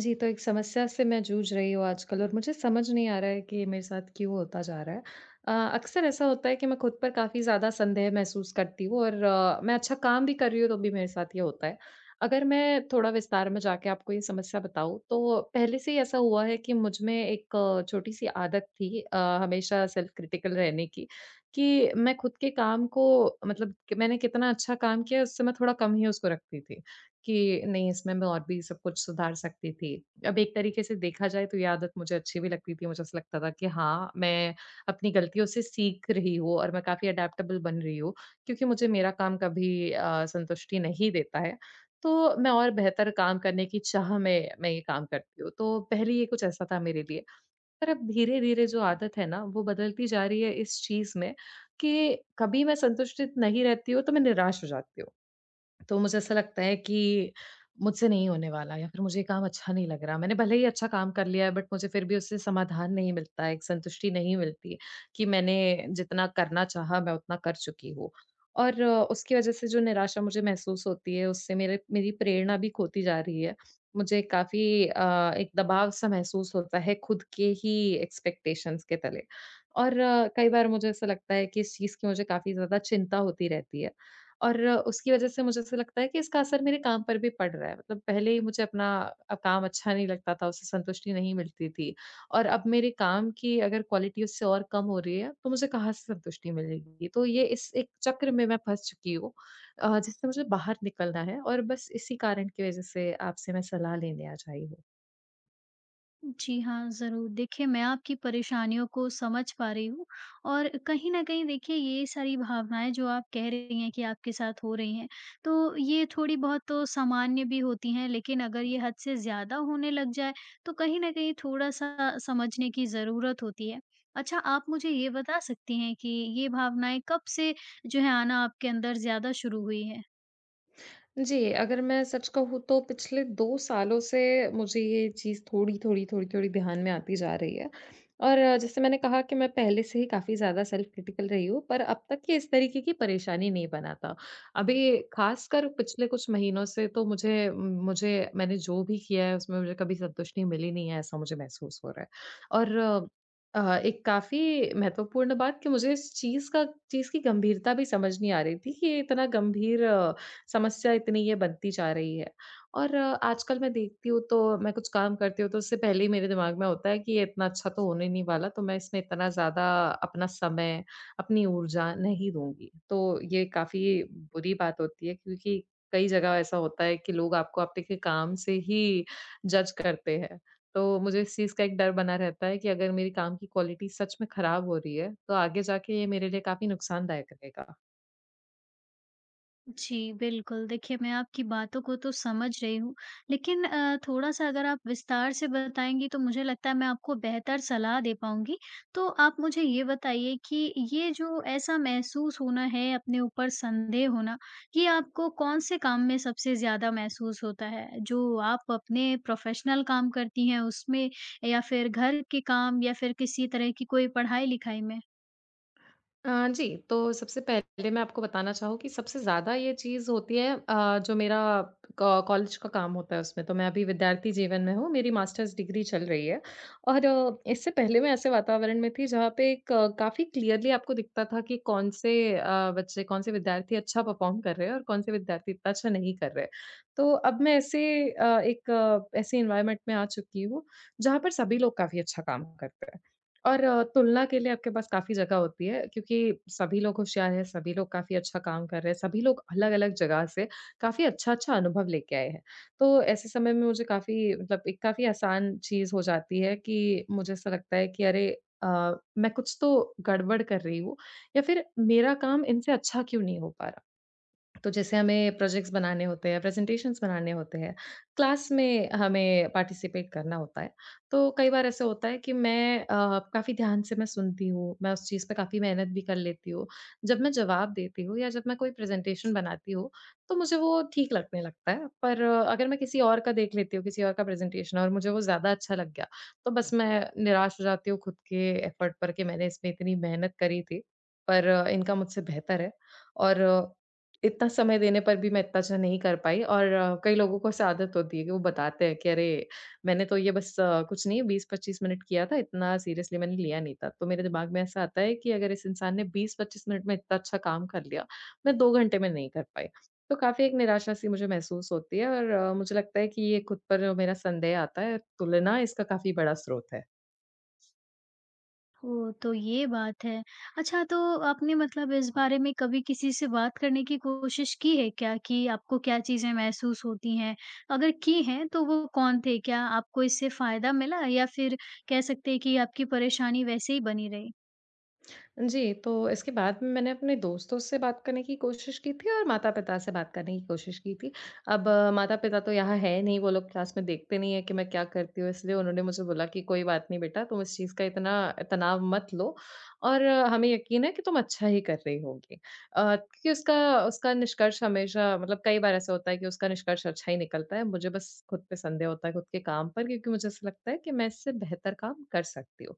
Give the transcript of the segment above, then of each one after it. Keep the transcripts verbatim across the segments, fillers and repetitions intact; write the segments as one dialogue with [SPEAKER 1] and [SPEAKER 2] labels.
[SPEAKER 1] जी, तो एक समस्या से मैं जूझ रही हूँ आजकल और मुझे समझ नहीं आ रहा है कि ये मेरे साथ क्यों होता जा रहा है। अ, अक्सर ऐसा होता है कि मैं खुद पर काफ़ी ज़्यादा संदेह महसूस करती हूँ और अ, मैं अच्छा काम भी कर रही हूँ तो भी मेरे साथ ये होता है। अगर मैं थोड़ा विस्तार में जाके आपको ये समस्या बताऊँ तो पहले से ही ऐसा हुआ है कि मुझ में एक छोटी-सी आदत थी अ, हमेशा सेल्फ क्रिटिकल रहने की, कि मैं खुद के काम को मतलब कि मैंने कितना अच्छा काम किया है उससे मैं थोड़ा कम ही उसको रखती थी। कि नहीं, इसमें मैं और भी सब कुछ सुधार सकती थी। अब एक तरीके से देखा जाए तो ये आदत मुझे अच्छी भी लगती थी, मुझे ऐसा लगता था कि हाँ, मैं अपनी गलतियों से सीख रही हूँ और मैं काफ़ी एडेप्टेबल बन रही हूँ, क्योंकि मुझे मेरा काम कभी अ, संतुष्टि नहीं देता है। तो मैं और बेहतर काम करने की चाह में मैं ये काम करती हूँ। तो पहले ये कुछ ऐसा था मेरे लिए, पर अब धीरे-धीरे जो आदत है ना, वो बदलती जा रही है इस चीज़ में कि कभी मैं संतुष्टित नहीं रहती हूँ, तो मैं निराश हो जाती हूँ। तो मुझे ऐसा लगता है कि मुझसे नहीं होने वाला या फिर मुझे ये काम अच्छा नहीं लग रहा। मैंने भले ही अच्छा काम कर लिया है बट मुझे फिर भी उससे समाधान नहीं मिलता है, एक संतुष्टि नहीं मिलती कि मैंने जितना करना चाहा मैं उतना कर चुकी हूँ। और अ, उसकी वज़ह से जो निराशा मुझे महसूस होती है उससे मेरे मेरी प्रेरणा भी खोती जा रही है। मुझे काफ़ी अ, एक दबाव-सा महसूस होता है खुद के ही एक्सपेक्टेशंस के तले। और अ, कई बार मुझे ऐसा लगता है कि इस चीज़ की मुझे काफ़ी ज़्यादा चिंता होती रहती है। और उसकी वज़ह से मुझे ऐसा लगता है कि इसका असर मेरे काम पर भी पड़ रहा है। मतलब पहले ही मुझे अपना अ, काम अच्छा नहीं लगता था, उससे संतुष्टि नहीं मिलती थी और अब मेरे काम की अगर क्वालिटी उससे और कम हो रही है, तो मुझे कहाँ से संतुष्टि मिलेगी? तो ये, इस एक चक्र में मैं फँस चुकी हूँ अ, जिससे मुझे बाहर निकलना है और बस इसी कारण की वज़ह से आपसे मैं सलाह लेने आज आई हूँ।
[SPEAKER 2] जी हाँ, ज़रूर। देखिए, मैं आपकी परेशानियों को समझ पा रही हूँ और कहीं न कहीं देखिए ये सारी भावनाएँ जो आप कह रही हैं कि आपके साथ हो रही हैं, तो ये थोड़ी बहुत तो सामान्य भी होती हैं, लेकिन अगर ये हद से ज़्यादा होने लग जाए, तो कहीं न कहीं थोड़ा-सा समझने की ज़रूरत होती है। अच्छा, आप मुझे ये बता सकती हैं कि ये भावनाएँ कब से जो है आना आपके अंदर ज़्यादा शुरू हुई हैं?
[SPEAKER 1] जी, अगर मैं सच कहूँ तो पिछले दो सालों से मुझे ये चीज़ थोड़ी-थोड़ी, थोड़ी-थोड़ी ध्यान में आती जा रही है। और अ, जैसे मैंने कहा कि मैं पहले से ही काफ़ी ज़्यादा सेल्फ क्रिटिकल रही हूँ, पर अब तक ये इस तरीके की परेशानी नहीं बना था। अभी ख़ासकर पिछले कुछ महीनों से तो मुझे मुझे मैंने जो भी किया है उसमें मुझे कभी संतुष्टि मिली नहीं है, ऐसा मुझे महसूस हो रहा है। और अ, अ, एक काफ़ी महत्वपूर्ण बात कि मुझे इस चीज़ का चीज़ की गंभीरता भी समझ नहीं आ रही थी कि ये इतना गंभीर समस्या, इतनी ये बनती जा रही है। और अ, आजकल मैं देखती हूँ तो मैं कुछ काम करती हूँ तो उससे पहले ही मेरे दिमाग में होता है कि ये इतना अच्छा तो होने नहीं वाला, तो मैं इसमें इतना ज़्यादा अपना समय, अपनी ऊर्जा नहीं दूँगी। तो ये काफ़ी बुरी बात होती है, क्योंकि कई जगह ऐसा होता है कि लोग आपको आपके काम से ही जज करते हैं। तो मुझे इस चीज़ का एक डर बना रहता है कि अगर मेरी काम की क्वालिटी सच में खराब हो रही है, तो आगे जाके ये मेरे लिए काफ़ी नुकसानदायक रहेगा।
[SPEAKER 2] जी, बिल्कुल। देखिए, मैं आपकी बातों को तो समझ रही हूँ, लेकिन अ, थोड़ा-सा अगर आप विस्तार से बताएँगी, तो मुझे लगता है मैं आपको बेहतर सलाह दे पाऊँगी। तो आप मुझे ये बताइए कि ये जो ऐसा महसूस होना है, अपने ऊपर संदेह होना, ये आपको कौन से काम में सबसे ज़्यादा महसूस होता है? जो आप अपने प्रोफ़ेशनल काम करती हैं उसमें या फिर घर के काम या फिर किसी तरह की कोई पढ़ाई-लिखाई में?
[SPEAKER 1] अ, जी, तो सबसे पहले मैं आपको बताना चाहूँ कि सबसे ज़्यादा ये चीज़ होती है अ, जो मेरा क कॉलेज का काम होता है उसमें, तो मैं अभी विद्यार्थी जीवन में हूँ, मेरी मास्टर्स डिग्री चल रही है। और अ, इससे पहले मैं ऐसे वातावरण में थी जहाँ पे एक अ, काफ़ी क्लियरली आपको दिखता था कि कौन से अ, बच्चे, कौन से विद्यार्थी अच्छा परफ़ॉर्म कर रहे हैं और कौन से विद्यार्थी इतना अच्छा नहीं कर रहे। तो अब मैं ऐसे अ, एक अ, ऐसे एनवायरनमेंट में आ चुकी हूँ, जहाँ पर सभी लोग काफ़ी अच्छा काम करते हैं। और अ, तुलना के लिए आपके पास काफ़ी जगह होती है, क्योंकि सभी लोग होशियार हैं, सभी लोग काफ़ी अच्छा काम कर रहे हैं, सभी लोग अलग-अलग जगह से काफ़ी अच्छा-अच्छा अनुभव लेके आए हैं। तो ऐसे समय में मुझे काफ़ी मतलब एक काफ़ी आसान चीज़ हो जाती है कि मुझे ऐसा लगता है कि अरे, अ, मैं कुछ तो गड़बड़ कर रही हूँ या फिर मेरा काम इनसे अच्छा क्यों नहीं हो पा रहा? तो जैसे हमें प्रोजेक्ट्स बनाने होते हैं, प्रेज़ेंटेशंस बनाने होते हैं, क्लास में हमें पार्टिसिपेट करना होता है। तो कई बार ऐसा होता है कि मैं अ, काफ़ी ध्यान से मैं सुनती हूँ, मैं उस चीज़ पे काफ़ी मेहनत भी कर लेती हूँ। जब मैं जवाब देती हूँ या जब मैं कोई प्रेज़ेंटेशन बनाती हूँ, तो मुझे वो ठीक लगने लगता है। पर अ, अगर मैं किसी और का देख लेती हूँ, किसी और का प्रेज़ेंटेशन, और मुझे वो ज़्यादा अच्छा लग गया, तो बस मैं निराश हो जाती हूँ खुद के एफ़र्ट पर कि मैंने इसमें इतनी मेहनत करी थी, पर अ, इनका मुझसे बेहतर है। और अ, इतना समय देने पर भी मैं इतना अच्छा नहीं कर पाई, और अ, कई लोगों को ऐसे आदत होती है कि वो बताते हैं कि अरे, मैंने तो ये बस अ, कुछ नहीं बीस पच्चीस मिनट किया था, इतना सीरियसली मैंने लिया नहीं था। तो मेरे दिमाग में ऐसा आता है कि अगर इस इंसान ने बीस पच्चीस मिनट में इतना अच्छा काम कर लिया, मैं दो घंटे में नहीं कर पाई। तो काफ़ी एक निराशा-सी मुझे महसूस होती है, और अ, मुझे लगता है कि ये खुद पर जो मेरा संदेह आता है, तुलना इसका काफ़ी बड़ा स्रोत है।
[SPEAKER 2] ओह! तो ये बात है। अच्छा, तो आपने मतलब इस बारे में कभी किसी से बात करने की कोशिश की है क्या कि आपको क्या चीज़ें महसूस होती हैं? अगर की हैं तो वो कौन थे? क्या आपको इससे फ़ायदा मिला या फिर कह सकते हैं कि आपकी परेशानी वैसे ही बनी रही?
[SPEAKER 1] जी, तो इसके बाद में मैंने अपने दोस्तों से बात करने की कोशिश की थी और माता-पिता से बात करने की कोशिश की थी। अब माता-पिता तो यहाँ है नहीं, वो लोग क्लास में देखते नहीं है कि मैं क्या करती हूँ, इसलिए उन्होंने मुझे बोला कि कोई बात नहीं बेटा, तुम इस चीज़ का इतना तनाव मत लो, और अ, हमें यकीन है कि तुम अच्छा ही कर रही होगी। अ, क्योंकि उसका उसका निष्कर्ष हमेशा मतलब कई बार ऐसा होता है कि उसका निष्कर्ष अच्छा ही निकलता है। मुझे बस खुद पे संदेह होता है खुद के काम पर, क्योंकि मुझे ऐसा लगता है कि मैं इससे बेहतर काम कर सकती हूँ।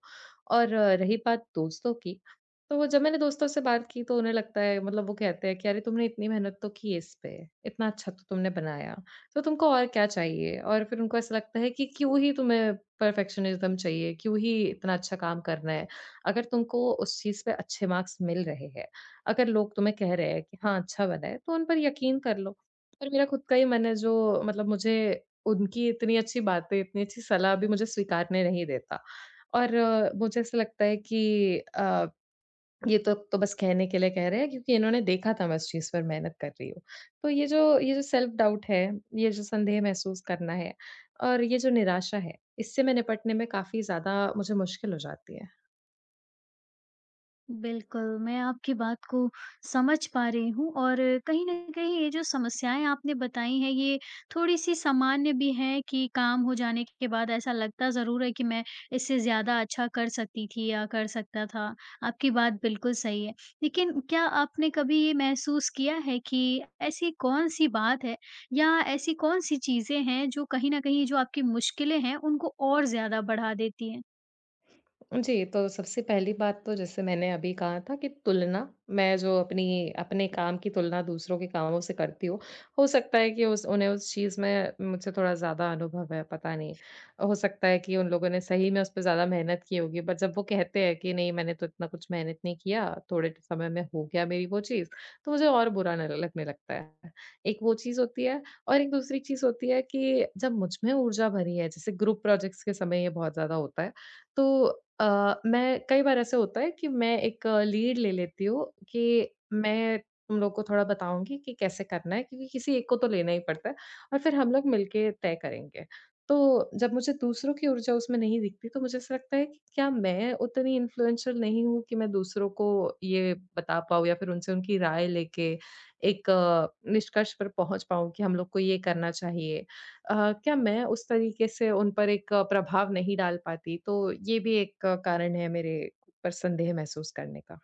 [SPEAKER 1] और अ, रही बात दोस्तों की, तो जब मैंने दोस्तों से बात की तो उन्हें लगता है मतलब वो कहते हैं कि अरे, तुमने इतनी मेहनत तो की इस पे, इतना अच्छा तो तुमने बनाया, तो तुमको और क्या चाहिए? और फिर उनको ऐसा लगता है कि क्यों ही तुम्हें परफेक्शनिज़्म चाहिए? क्यों ही इतना अच्छा काम करना है? अगर तुमको उस चीज़ पे अच्छे मार्क्स मिल रहे हैं, अगर लोग तुम्हें कह रहे हैं कि हाँ, अच्छा बना है, तो उन पर यकीन कर लो। और मेरा खुद का ही मन है जो मतलब मुझे उनकी इतनी अच्छी बातें, इतनी अच्छी सलाह भी मुझे स्वीकारने नहीं देता। और अ, मुझे ऐसा लगता है कि अ ये तो तो बस कहने के लिए कह रहे हैं, क्योंकि इन्होंने देखा था मैं उस चीज़ पर मेहनत कर रही हूँ। तो ये जो ये जो सेल्फ डाउट है, ये जो संदेह महसूस करना है और ये जो निराशा है, इससे मैं निपटने में काफ़ी ज़्यादा मुझे मुश्किल हो जाती है।
[SPEAKER 2] बिल्कुल, मैं आपकी बात को समझ पा रही हूँ और कहीं न कहीं ये जो समस्याएँ आपने बताई हैं, ये थोड़ी-सी सामान्य भी हैं कि काम हो जाने के बाद ऐसा लगता ज़रूर है कि मैं इससे ज़्यादा अच्छा कर सकती थी या कर सकता था। आपकी बात बिल्कुल सही है। लेकिन क्या आपने कभी ये महसूस किया है कि ऐसी कौन-सी बात है या ऐसी कौन-सी चीज़ें हैं जो कहीं न कहीं जो आपकी मुश्किलें हैं, उनको और ज़्यादा बढ़ा देती हैं?
[SPEAKER 1] जी, तो सबसे पहली बात तो जैसे मैंने अभी कहा था कि तुलना, मैं जो अपनी अपने काम की तुलना दूसरों के कामों से करती हूँ, हो सकता है कि उस उन्हें उस चीज़ में मुझसे थोड़ा ज़्यादा अनुभव है, पता नहीं। हो सकता है कि उन लोगों ने सही में उस पे ज़्यादा मेहनत की होगी, बट जब वो कहते हैं कि नहीं मैंने तो इतना कुछ मेहनत नहीं किया, थोड़े समय में हो गया मेरी वो चीज़, तो मुझे और बुरा न लगने लगता है। एक वो चीज़ होती है, और एक दूसरी चीज़ होती है कि जब मुझ में ऊर्जा भरी है, जैसे ग्रुप प्रोजेक्ट्स के समय ये बहुत ज़्यादा होता है। तो अ, मैं, कई बार ऐसा होता है कि मैं एक लीड ले लेती हूँ कि मैं तुम लोग को थोड़ा बताऊँगी कि कैसे करना है, क्योंकि किसी एक को तो लेना ही पड़ता है और फिर हम लोग मिलके तय करेंगे। तो जब मुझे दूसरों की ऊर्जा उसमें नहीं दिखती तो मुझे ऐसा लगता है कि क्या मैं उतनी इन्फ्लुएंशियल नहीं हूँ कि मैं दूसरों को ये बता पाऊँ या फिर उनसे उनकी राय लेके एक अ, निष्कर्ष पर पहुँच पाऊँ कि हम लोग को ये करना चाहिए। अ, क्या मैं उस तरीके से उन पर एक अ, प्रभाव नहीं डाल पाती, तो ये भी एक अ, कारण है मेरे ऊपर संदेह महसूस करने का।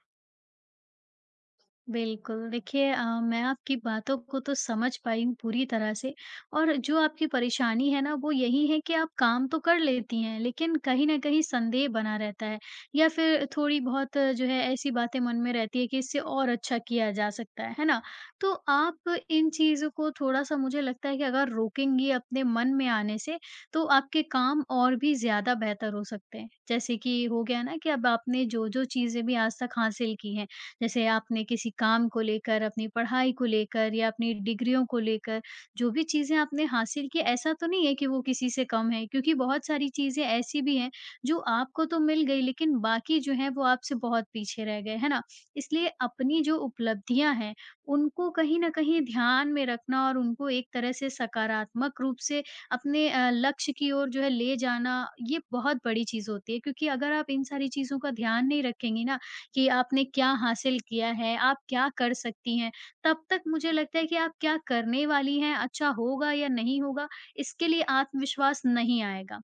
[SPEAKER 2] बिल्कुल, देखिए, अ, मैं आपकी बातों को तो समझ पाई हूँ पूरी तरह से। और जो आपकी परेशानी है ना, वो यही है कि आप काम तो कर लेती हैं, लेकिन कहीं न कहीं संदेह बना रहता है या फिर थोड़ी-बहुत जो है ऐसी बातें मन में रहती है कि इससे और अच्छा किया जा सकता है, है ना? तो आप इन चीज़ों को थोड़ा-सा, मुझे लगता है कि अगर रोकेंगी अपने मन में आने से, तो आपके काम और भी ज़्यादा बेहतर हो सकते हैं। जैसे कि हो गया ना कि अब आपने जो-जो चीज़ें भी आज तक हासिल की हैं, जैसे आपने किसी काम को लेकर, अपनी पढ़ाई को लेकर या अपनी डिग्रियों को लेकर, जो भी चीज़ें आपने हासिल की, ऐसा तो नहीं है कि वो किसी से कम है, क्योंकि बहुत सारी चीज़ें ऐसी भी हैं जो आपको तो मिल गई, लेकिन बाकी जो हैं वो आपसे बहुत पीछे रह गए, है ना? इसलिए अपनी जो उपलब्धियाँ हैं, उनको कहीं न कहीं ध्यान में रखना और उनको एक तरह से सकारात्मक रूप से अपने अ, लक्ष्य की ओर जो है ले जाना, ये बहुत बड़ी चीज़ होती है, क्योंकि अगर आप इन सारी चीज़ों का ध्यान नहीं रखेंगी ना, कि आपने क्या हासिल किया है, आप क्या कर सकती हैं। तब तक मुझे लगता है कि आप क्या करने वाली हैं, अच्छा होगा या नहीं होगा, इसके लिए आत्मविश्वास नहीं आएगा।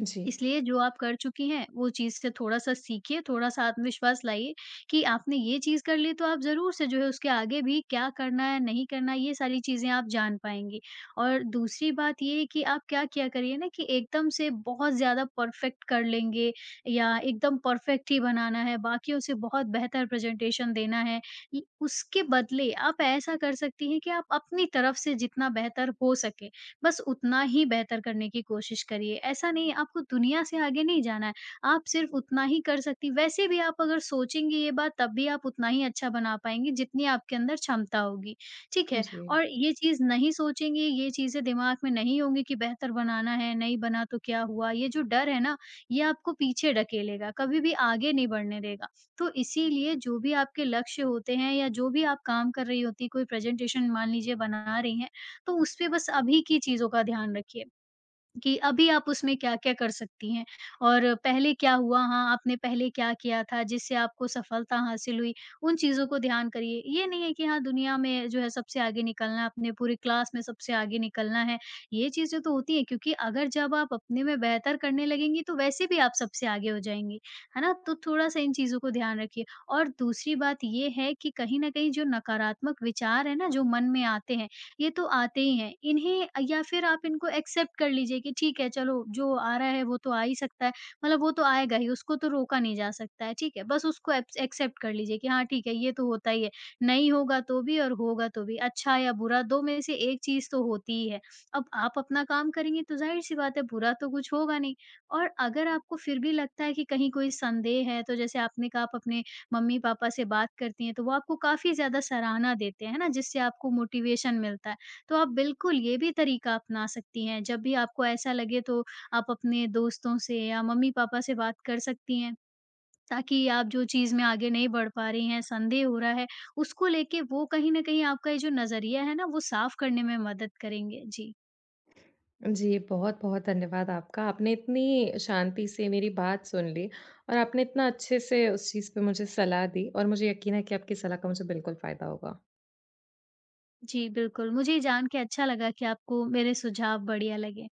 [SPEAKER 1] जी,
[SPEAKER 2] इसलिए जो आप कर चुकी हैं, वो चीज़ से थोड़ा-सा सीखिए, थोड़ा-सा आत्मविश्वास लाइए कि आपने ये चीज़ कर ली, तो आप ज़रूर से जो है उसके आगे भी क्या करना है, नहीं करना है, ये सारी चीज़ें आप जान पाएँगी। और दूसरी बात ये है कि आप क्या किया करिए ना, कि एकदम से बहुत ज़्यादा परफ़ेक्ट कर लेंगे या एकदम परफ़ेक्ट ही बनाना है, बाकियों से बहुत बेहतर प्रेज़ेंटेशन देना है। इ उसके बदले आप ऐसा कर सकती हैं कि आप अपनी तरफ से जितना बेहतर हो सके, बस उतना ही बेहतर करने की कोशिश करिए। ऐसा नहीं है, आपको दुनिया से आगे नहीं जाना है, आप सिर्फ़ उतना ही कर सकती। वैसे भी आप अगर सोचेंगी ये बात, तब भी आप उतना ही अच्छा बना पाएँगी जितनी आपके अंदर क्षमता होगी, ठीक है?
[SPEAKER 1] जी।
[SPEAKER 2] और ये चीज़ नहीं सोचेंगी, ये चीज़ें दिमाग में नहीं होंगी कि बेहतर बनाना है, नहीं बना तो क्या हुआ? ये जो डर है ना, ये आपको पीछे ढकेलेगा, कभी भी आगे नहीं बढ़ने देगा। तो इसीलिए जो भी आपके लक्ष्य होते हैं या जो भी आप काम कर रही होती हैं, कोई प्रेज़ेंटेशन मान लीजिए बना रही हैं, तो उसपे बस अभी की चीज़ों का ध्यान रखिए कि अभी आप उसमें क्या-क्या कर सकती हैं, और पहले क्या हुआ, हाँ, आपने पहले क्या किया था जिससे आपको सफलता हासिल हुई, उन चीज़ों को ध्यान करिए। ये नहीं है कि हाँ, दुनिया में जो है सबसे आगे निकलना है, अपने पूरी क्लास में सबसे आगे निकलना है, ये चीज़ें तो होती हैं, क्योंकि अगर जब आप अपने में बेहतर करने लगेंगी, तो वैसे भी आप सबसे आगे हो जाएँगी, है ना? तो थोड़ा-सा इन चीज़ों को ध्यान रखिए। और दूसरी बात ये है कि कहीं न कहीं जो नकारात्मक विचार है ना, जो मन में आते हैं, ये तो आते ही हैं। इन्हें, या फिर आप इनको एक्सेप्ट कर लीजिए कि ठीक है, चलो, जो आ रहा है वो तो आ ही सकता है, मतलब वो तो आएगा ही, उसको तो रोका नहीं जा सकता है, ठीक है? बस उसको एक्स एक्सेप्ट कर लीजिए कि हाँ ठीक है, ये तो होता ही है, नहीं होगा तो भी और होगा तो भी, अच्छा या बुरा दो में से एक चीज़ तो होती ही है। अब आप अपना काम करेंगे तो ज़ाहिर-सी बात है, बुरा तो कुछ होगा नहीं। और अगर आपको फिर भी लगता है कि कहीं कोई संदेह है, तो जैसे आपने कहा आप अपने मम्मी-पापा से बात करती हैं, तो वो आपको काफ़ी ज़्यादा सराहना देते हैं, है ना? जिससे आपको मोटिवेशन मिलता है। तो आप बिल्कुल ये भी तरीका अपना सकती हैं, जब भी आपको ऐसा लगे तो आप अपने दोस्तों से या मम्मी-पापा से बात कर सकती हैं, ताकि आप जो चीज़ में आगे नहीं बढ़ पा रही हैं, संदेह हो रहा है, उसको लेके वो कहीं न कहीं आपका ये जो नज़रिया है ना, वो साफ करने में मदद करेंगे। जी।
[SPEAKER 1] जी, बहुत-बहुत धन्यवाद आपका। आपने इतनी शांति से मेरी बात सुन ली और आपने इतना अच्छे से उस चीज़ पे मुझे सलाह दी, और मुझे यकीन है कि आपकी सलाह का मुझे बिल्कुल फ़ायदा होगा।
[SPEAKER 2] जी, बिल्कुल। मुझे ये जान के अच्छा लगा कि आपको मेरे सुझाव बढ़िया लगे।